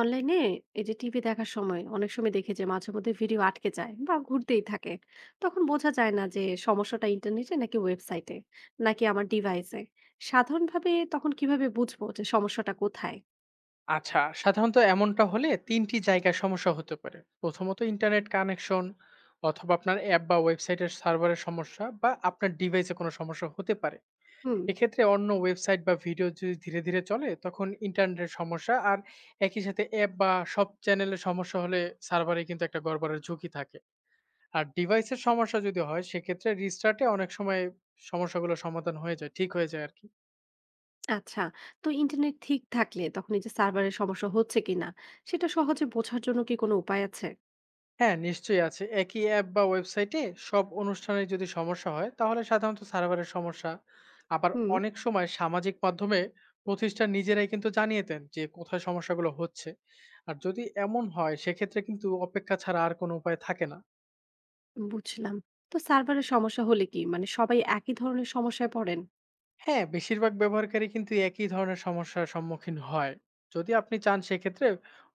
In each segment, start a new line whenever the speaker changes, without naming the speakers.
অনলাইনে এই যে টিভি দেখার সময় অনেক সময় দেখি যে মাঝে মধ্যে ভিডিও আটকে যায় বা ঘুরতেই থাকে। তখন বোঝা যায় না যে সমস্যাটা ইন্টারনেটে নাকি ওয়েবসাইটে নাকি আমার ডিভাইসে। সাধারণভাবে তখন কিভাবে বুঝবো যে সমস্যাটা কোথায়?
আচ্ছা, সাধারণত এমনটা হলে ৩টি টি জায়গায় সমস্যা হতে পারে। প্রথমত ইন্টারনেট কানেকশন অথবা আপনার অ্যাপ বা ওয়েবসাইটের সার্ভারের সমস্যা বা আপনার ডিভাইসে কোনো সমস্যা হতে পারে।
হুম।
এক্ষেত্রে অন্য ওয়েবসাইট বা ভিডিও যদি ধীরে, ধীরে চলে, তখন ইন্টারনেটের সমস্যা। আর একই সাথে অ্যাপ বা সব চ্যানেলে সমস্যা হলে সার্ভারে কিন্তু একটা গড়বড়ের ঝুঁকি থাকে। আর ডিভাইসের সমস্যা যদি হয়, সেক্ষেত্রে রিস্টার্টে অনেক সময় সমস্যাগুলো সমাধান হয়ে যায়, ঠিক হয়ে যায় আরকি।
আচ্ছা, তো ইন্টারনেট ঠিক থাকলে তখন এই যে সার্ভারের সমস্যা হচ্ছে কিনা সেটা সহজে বোঝার জন্য কি কোনো উপায় আছে?
হ্যাঁ, নিশ্চয়ই আছে। একই অ্যাপ বা ওয়েবসাইটে সব অনুষ্ঠানের যদি সমস্যা হয়, তাহলে সাধারণত সার্ভারের সমস্যা। আবার
হুম।
অনেক সময় সামাজিক মাধ্যমে প্রতিষ্ঠান নিজেরাই কিন্তু জানিয়ে দেন যে কোথায় সমস্যাগুলো হচ্ছে। আর যদি এমন হয়, সেক্ষেত্রে কিন্তু অপেক্ষা ছাড়া আর কোনো উপায় থাকে না।
বুঝলাম। তো সার্ভারের সমস্যা হলে কি মানে সবাই একই ধরনের সমস্যায় পড়েন?
হ্যাঁ, বেশিরভাগ ব্যবহারকারী কিন্তু একই ধরনের সমস্যার সম্মুখীন হয়। যদি আপনি চান, সেক্ষেত্রে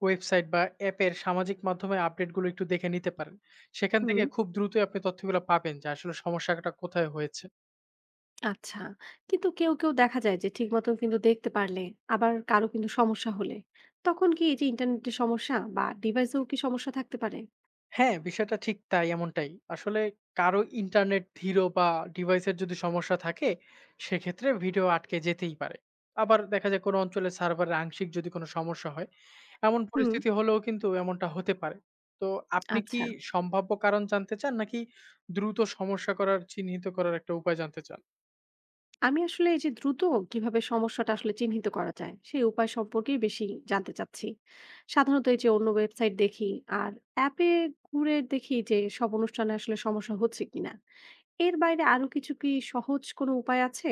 ওয়েবসাইট বা অ্যাপের সামাজিক মাধ্যমে আপডেটগুলো একটু দেখে নিতে পারেন। সেখান
হুম।
থেকে খুব দ্রুতই আপনি তথ্যগুলো পাবেন যে আসলে সমস্যাটা কোথায় হয়েছে।
আচ্ছা। কিন্তু কেউ দেখা যায় যে ঠিক মতন কিন্তু দেখতে পারলে, আবার কারো কিন্তু সমস্যা হলে, তখন কি এই যে ইন্টারনেটের সমস্যা বা ডিভাইসেও কি সমস্যা থাকতে পারে?
হ্যাঁ, বিষয়টা ঠিক তাই, এমনটাই। আসলে কারো ইন্টারনেট ধীর বা ডিভাইসের যদি সমস্যা থাকে, সেক্ষেত্রে ভিডিও আটকে যেতেই পারে। আবার দেখা যায়, কোনো অঞ্চলে সার্ভারের আংশিক যদি কোনো সমস্যা হয়, এমন
হুম।
পরিস্থিতি হলেও কিন্তু এমনটা হতে পারে। তো আপনি কি
আচ্ছা।
সম্ভাব্য কারণ জানতে চান, নাকি দ্রুত সমস্যা করার চিহ্নিত করার একটা উপায় জানতে চান?
আমি আসলে এই যে দ্রুত কিভাবে সমস্যাটা আসলে চিহ্নিত করা যায়, সেই উপায় সম্পর্কেই বেশি জানতে চাচ্ছি। সাধারণত এই যে অন্য ওয়েবসাইট দেখি আর অ্যাপে ঘুরে দেখি যে সব অনুষ্ঠানে আসলে সমস্যা হচ্ছে কিনা। এর বাইরে আরো কিছু কি সহজ কোনো উপায় আছে?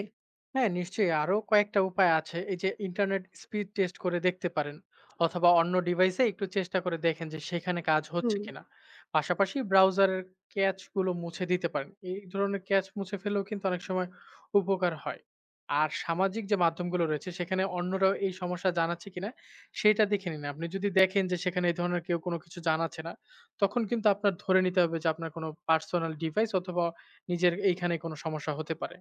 হ্যাঁ, নিশ্চয়ই আরো কয়েকটা উপায় আছে। এই যে, ইন্টারনেট স্পিড টেস্ট করে দেখতে পারেন, অথবা অন্য ডিভাইসে একটু চেষ্টা করে দেখেন যে সেখানে কাজ হচ্ছে
হুম।
কিনা। পাশাপাশি ব্রাউজারের ক্যাচ গুলো মুছে দিতে পারেন। এই ধরনের ক্যাচ মুছে ফেললেও কিন্তু অনেক সময় উপকার হয়। আর সামাজিক যে মাধ্যমগুলো রয়েছে, সেখানে অন্যরাও এই সমস্যা জানাচ্ছে কিনা সেটা দেখে নিন। আপনি যদি দেখেন যে সেখানে এই ধরনের কেউ কোনো কিছু জানাচ্ছে না, তখন কিন্তু আপনার ধরে নিতে হবে যে আপনার কোনো পার্সোনাল ডিভাইস অথবা নিজের এইখানে কোনো সমস্যা হতে পারে।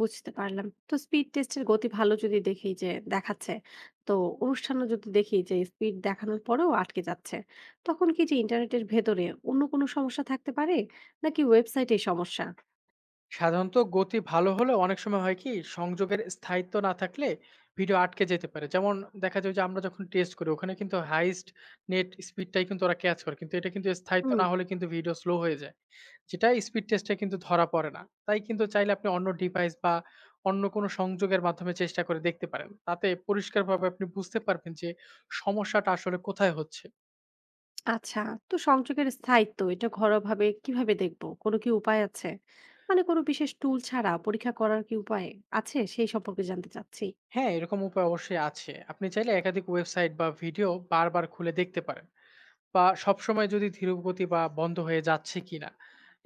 বুঝতে পারলাম। তো স্পিড টেস্টের গতি ভালো যদি দেখি যে দেখাচ্ছে, তো অনুষ্ঠানও যদি দেখি যে স্পিড দেখানোর পরেও আটকে যাচ্ছে, তখন কি যে ইন্টারনেটের ভেতরে অন্য কোনো সমস্যা থাকতে পারে? নাকি ওয়েবসাইটেই সমস্যা?
সাধারণত গতি ভালো হলেও অনেক সময় হয় কি, সংযোগের স্থায়িত্ব না থাকলে ভিডিও আটকে যেতে পারে। যেমন দেখা যায় যে আমরা যখন টেস্ট করি, ওখানে কিন্তু হাইয়েস্ট নেট স্পিডটাই কিন্তু ওরা ক্যাচ করে। কিন্তু এটা কিন্তু স্থায়িত্ব
হুম,
না হলে কিন্তু ভিডিও স্লো হয়ে যায়। যেটা স্পিড টেস্টে কিন্তু ধরা পড়ে না। তাই কিন্তু চাইলে আপনি অন্য ডিভাইস বা অন্য কোনো সংযোগের মাধ্যমে চেষ্টা করে দেখতে পারেন। তাতে পরিষ্কারভাবে আপনি বুঝতে পারবেন যে সমস্যাটা আসলে কোথায় হচ্ছে।
আচ্ছা। তো সংযোগের স্থায়িত্ব এটা ঘরোয়াভাবে কিভাবে দেখবো? কোনো কি উপায় আছে? মানে কোনো বিশেষ টুল ছাড়া পরীক্ষা করার কি উপায় আছে? সেই সম্পর্কে জানতে চাচ্ছি।
হ্যাঁ, এরকম উপায় অবশ্যই আছে। আপনি চাইলে একাধিক ওয়েবসাইট বা ভিডিও বারবার খুলে দেখতে পারেন। বা সবসময় যদি ধীরগতি বা বন্ধ হয়ে যাচ্ছে কিনা।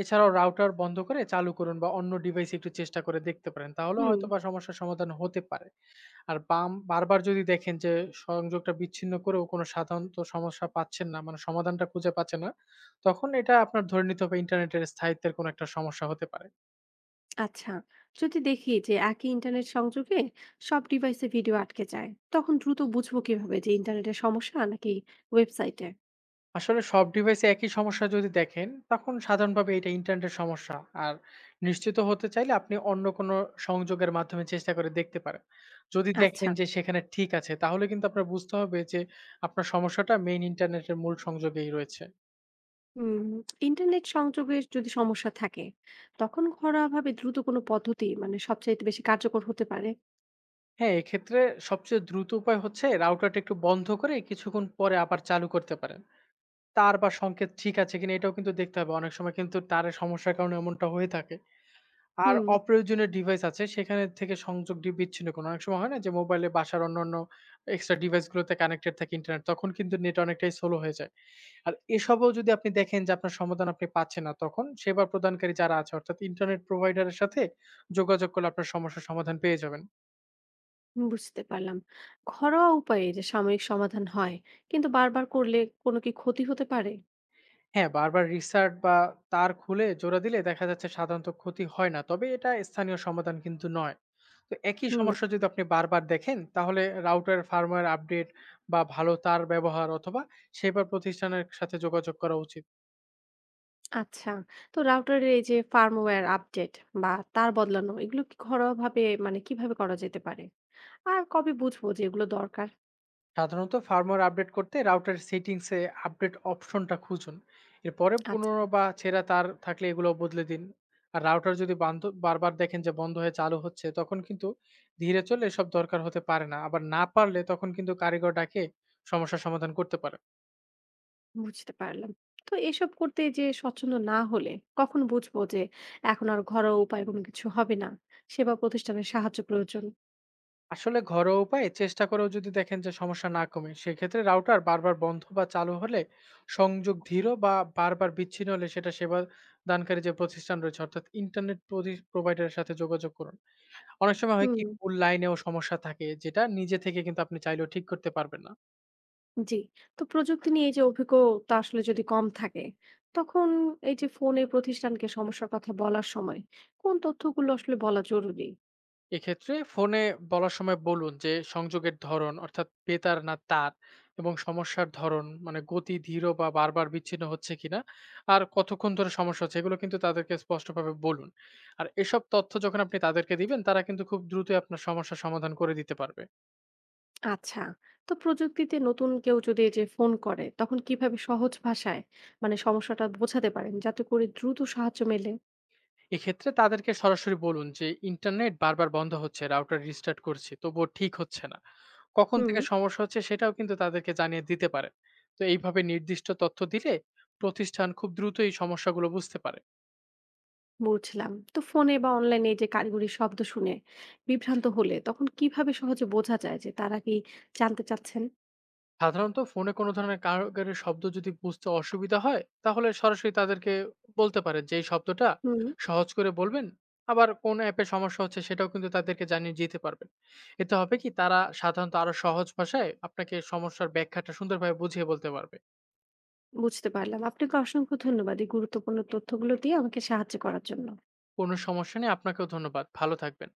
এছাড়াও রাউটার বন্ধ করে চালু করুন, বা অন্য ডিভাইস একটু চেষ্টা করে দেখতে পারেন। তাহলে
হুম।
হয়তোবা সমস্যার সমাধান হতে পারে। আর বাম বারবার যদি দেখেন যে সংযোগটা বিচ্ছিন্ন করেও কোনো সাধারণত সমস্যা পাচ্ছেন না, মানে সমাধানটা খুঁজে পাচ্ছেন না, তখন এটা আপনার ধরে নিতে হবে ইন্টারনেটের স্থায়িত্বের কোনো একটা সমস্যা হতে পারে।
আচ্ছা, যদি দেখি যে একই ইন্টারনেট সংযোগে সব ডিভাইসে ভিডিও আটকে যায়, তখন দ্রুত বুঝবো কিভাবে যে ইন্টারনেটের সমস্যা নাকি ওয়েবসাইটে?
আসলে সব ডিভাইসে একই সমস্যা যদি দেখেন, তখন সাধারণভাবে এটা ইন্টারনেটের সমস্যা। আর নিশ্চিত হতে চাইলে আপনি অন্য কোনো সংযোগের মাধ্যমে চেষ্টা করে দেখতে পারেন। যদি দেখেন
আচ্ছা।
যে সেখানে ঠিক আছে, তাহলে কিন্তু আপনার বুঝতে হবে যে আপনার সমস্যাটা মেইন ইন্টারনেটের মূল সংযোগেই রয়েছে।
উম, ইন্টারনেট সংযোগে যদি সমস্যা থাকে তখন ঘরোয়াভাবে দ্রুত কোনো পদ্ধতি মানে সবচাইতে বেশি কার্যকর হতে পারে?
হ্যাঁ, এক্ষেত্রে সবচেয়ে দ্রুত উপায় হচ্ছে রাউটারটা একটু বন্ধ করে কিছুক্ষণ পরে আবার চালু করতে পারেন। তার বা সংকেত ঠিক আছে কিনা, এটাও কিন্তু দেখতে হবে। অনেক সময় কিন্তু তারের সমস্যার কারণে এমনটা হয়ে থাকে। আর
হুম।
অপ্রয়োজনীয় ডিভাইস আছে সেখানে থেকে সংযোগ ডি বিচ্ছিন্ন করুন। অনেক সময় হয় না যে মোবাইলে বাসার অন্যান্য এক্সট্রা ডিভাইস গুলোতে কানেক্টেড থাকে ইন্টারনেট, তখন কিন্তু নেট অনেকটাই স্লো হয়ে যায়। আর এসবও যদি আপনি দেখেন যে আপনার সমাধান আপনি পাচ্ছেন না, তখন সেবা প্রদানকারী যারা আছে, অর্থাৎ ইন্টারনেট প্রোভাইডার এর সাথে যোগাযোগ করলে আপনার সমস্যার সমাধান পেয়ে যাবেন।
বুঝতে পারলাম। ঘরোয়া উপায়ে যে সাময়িক সমাধান হয়, কিন্তু বারবার করলে কোনো কি ক্ষতি হতে পারে?
হ্যাঁ, বারবার রিস্টার্ট বা তার খুলে জোড়া দিলে দেখা যাচ্ছে সাধারণত ক্ষতি হয় না। তবে এটা স্থানীয় সমাধান কিন্তু নয়। তো একই
হুম।
সমস্যা যদি আপনি বারবার দেখেন, তাহলে রাউটার ফার্মওয়্যার আপডেট বা ভালো তার ব্যবহার, অথবা সেবা প্রতিষ্ঠানের সাথে যোগাযোগ করা উচিত।
আচ্ছা। তো রাউটারের এই যে ফার্মওয়্যার আপডেট বা তার বদলানো এগুলো কি ঘরোয়াভাবে মানে কিভাবে করা যেতে পারে? আর কবে বুঝবো যে এগুলো দরকার?
সাধারণত ফার্মওয়্যার আপডেট করতে রাউটার সেটিংসে আপডেট অপশনটা খুঁজুন। এরপরে
আচ্ছা,
পুনরায় বা ছেঁড়া তার থাকলে এগুলো বদলে দিন। আর রাউটার যদি বান্ধ বারবার দেখেন যে বন্ধ হয়ে চালু হচ্ছে, তখন কিন্তু ধীরে চলে এসব দরকার হতে পারে না। আবার না পারলে তখন কিন্তু কারিগর ডাকে সমস্যার সমাধান করতে পারে।
বুঝতে পারলাম। তো এসব করতে যে স্বচ্ছন্দ না হলে কখন বুঝবো যে এখন আর ঘরোয়া উপায় কোনো কিছু হবে না? সেবা প্রতিষ্ঠানের সাহায্য প্রয়োজন।
আসলে ঘরোয়া উপায়ে চেষ্টা করেও যদি দেখেন যে সমস্যা না কমে, সেক্ষেত্রে রাউটার বারবার বন্ধ বা চালু হলে, সংযোগ ধীর বা বারবার বিচ্ছিন্ন হলে, সেটা সেবা দানকারী যে প্রতিষ্ঠান রয়েছে, অর্থাৎ ইন্টারনেট প্রোভাইডারের সাথে যোগাযোগ করুন। অনেক সময় হয় কি,
হুম,
ভুল লাইনেও সমস্যা থাকে, যেটা নিজে থেকে কিন্তু আপনি চাইলেও ঠিক করতে পারবেন না।
জি। তো প্রযুক্তি নিয়ে এই যে অভিজ্ঞতা আসলে যদি কম থাকে, তখন এই যে ফোনে প্রতিষ্ঠানকে সমস্যার কথা বলার সময় কোন তথ্যগুলো আসলে বলা জরুরি?
এক্ষেত্রে ফোনে বলার সময় বলুন যে সংযোগের ধরন অর্থাৎ বেতার না তার, এবং সমস্যার ধরন মানে গতি ধীর বা বারবার বিচ্ছিন্ন হচ্ছে কিনা, আর কতক্ষণ ধরে সমস্যা হচ্ছে, এগুলো কিন্তু তাদেরকে স্পষ্টভাবে বলুন। আর এসব তথ্য যখন আপনি তাদেরকে দিবেন, তারা কিন্তু খুব দ্রুতই আপনার সমস্যার সমাধান করে দিতে পারবে।
আচ্ছা। তো প্রযুক্তিতে নতুন কেউ যদি এই যে ফোন করে, তখন কিভাবে সহজ ভাষায় মানে সমস্যাটা বোঝাতে পারেন যাতে করে দ্রুত সাহায্য মেলে?
এক্ষেত্রে তাদেরকে সরাসরি বলুন যে ইন্টারনেট বারবার বন্ধ হচ্ছে, রাউটার রিস্টার্ট করছি তবুও ঠিক হচ্ছে না, কখন
হুম,
থেকে সমস্যা হচ্ছে সেটাও কিন্তু তাদেরকে জানিয়ে দিতে পারেন। তো এইভাবে নির্দিষ্ট তথ্য দিলে প্রতিষ্ঠান খুব দ্রুত এই সমস্যাগুলো বুঝতে পারে।
বুঝলাম। তো ফোনে বা অনলাইনে এই যে কারিগরি শব্দ শুনে বিভ্রান্ত হলে তখন কিভাবে সহজে বোঝা যায় যে তারা কি জানতে চাচ্ছেন?
সাধারণত ফোনে কোনো ধরনের কারিগরের শব্দ যদি বুঝতে অসুবিধা হয়, তাহলে সরাসরি তাদেরকে বলতে পারেন যে এই শব্দটা
হুম,
সহজ করে বলবেন। আবার কোন অ্যাপে সমস্যা হচ্ছে সেটাও কিন্তু তাদেরকে জানিয়ে দিতে পারবেন। এতে হবে কি, তারা সাধারণত আরো সহজ ভাষায় আপনাকে সমস্যার ব্যাখ্যাটা সুন্দরভাবে বুঝিয়ে বলতে পারবে।
বুঝতে পারলাম। আপনাকে অসংখ্য ধন্যবাদ এই গুরুত্বপূর্ণ তথ্যগুলো দিয়ে আমাকে সাহায্য করার জন্য।
কোনো সমস্যা নেই। আপনাকেও ধন্যবাদ। ভালো থাকবেন।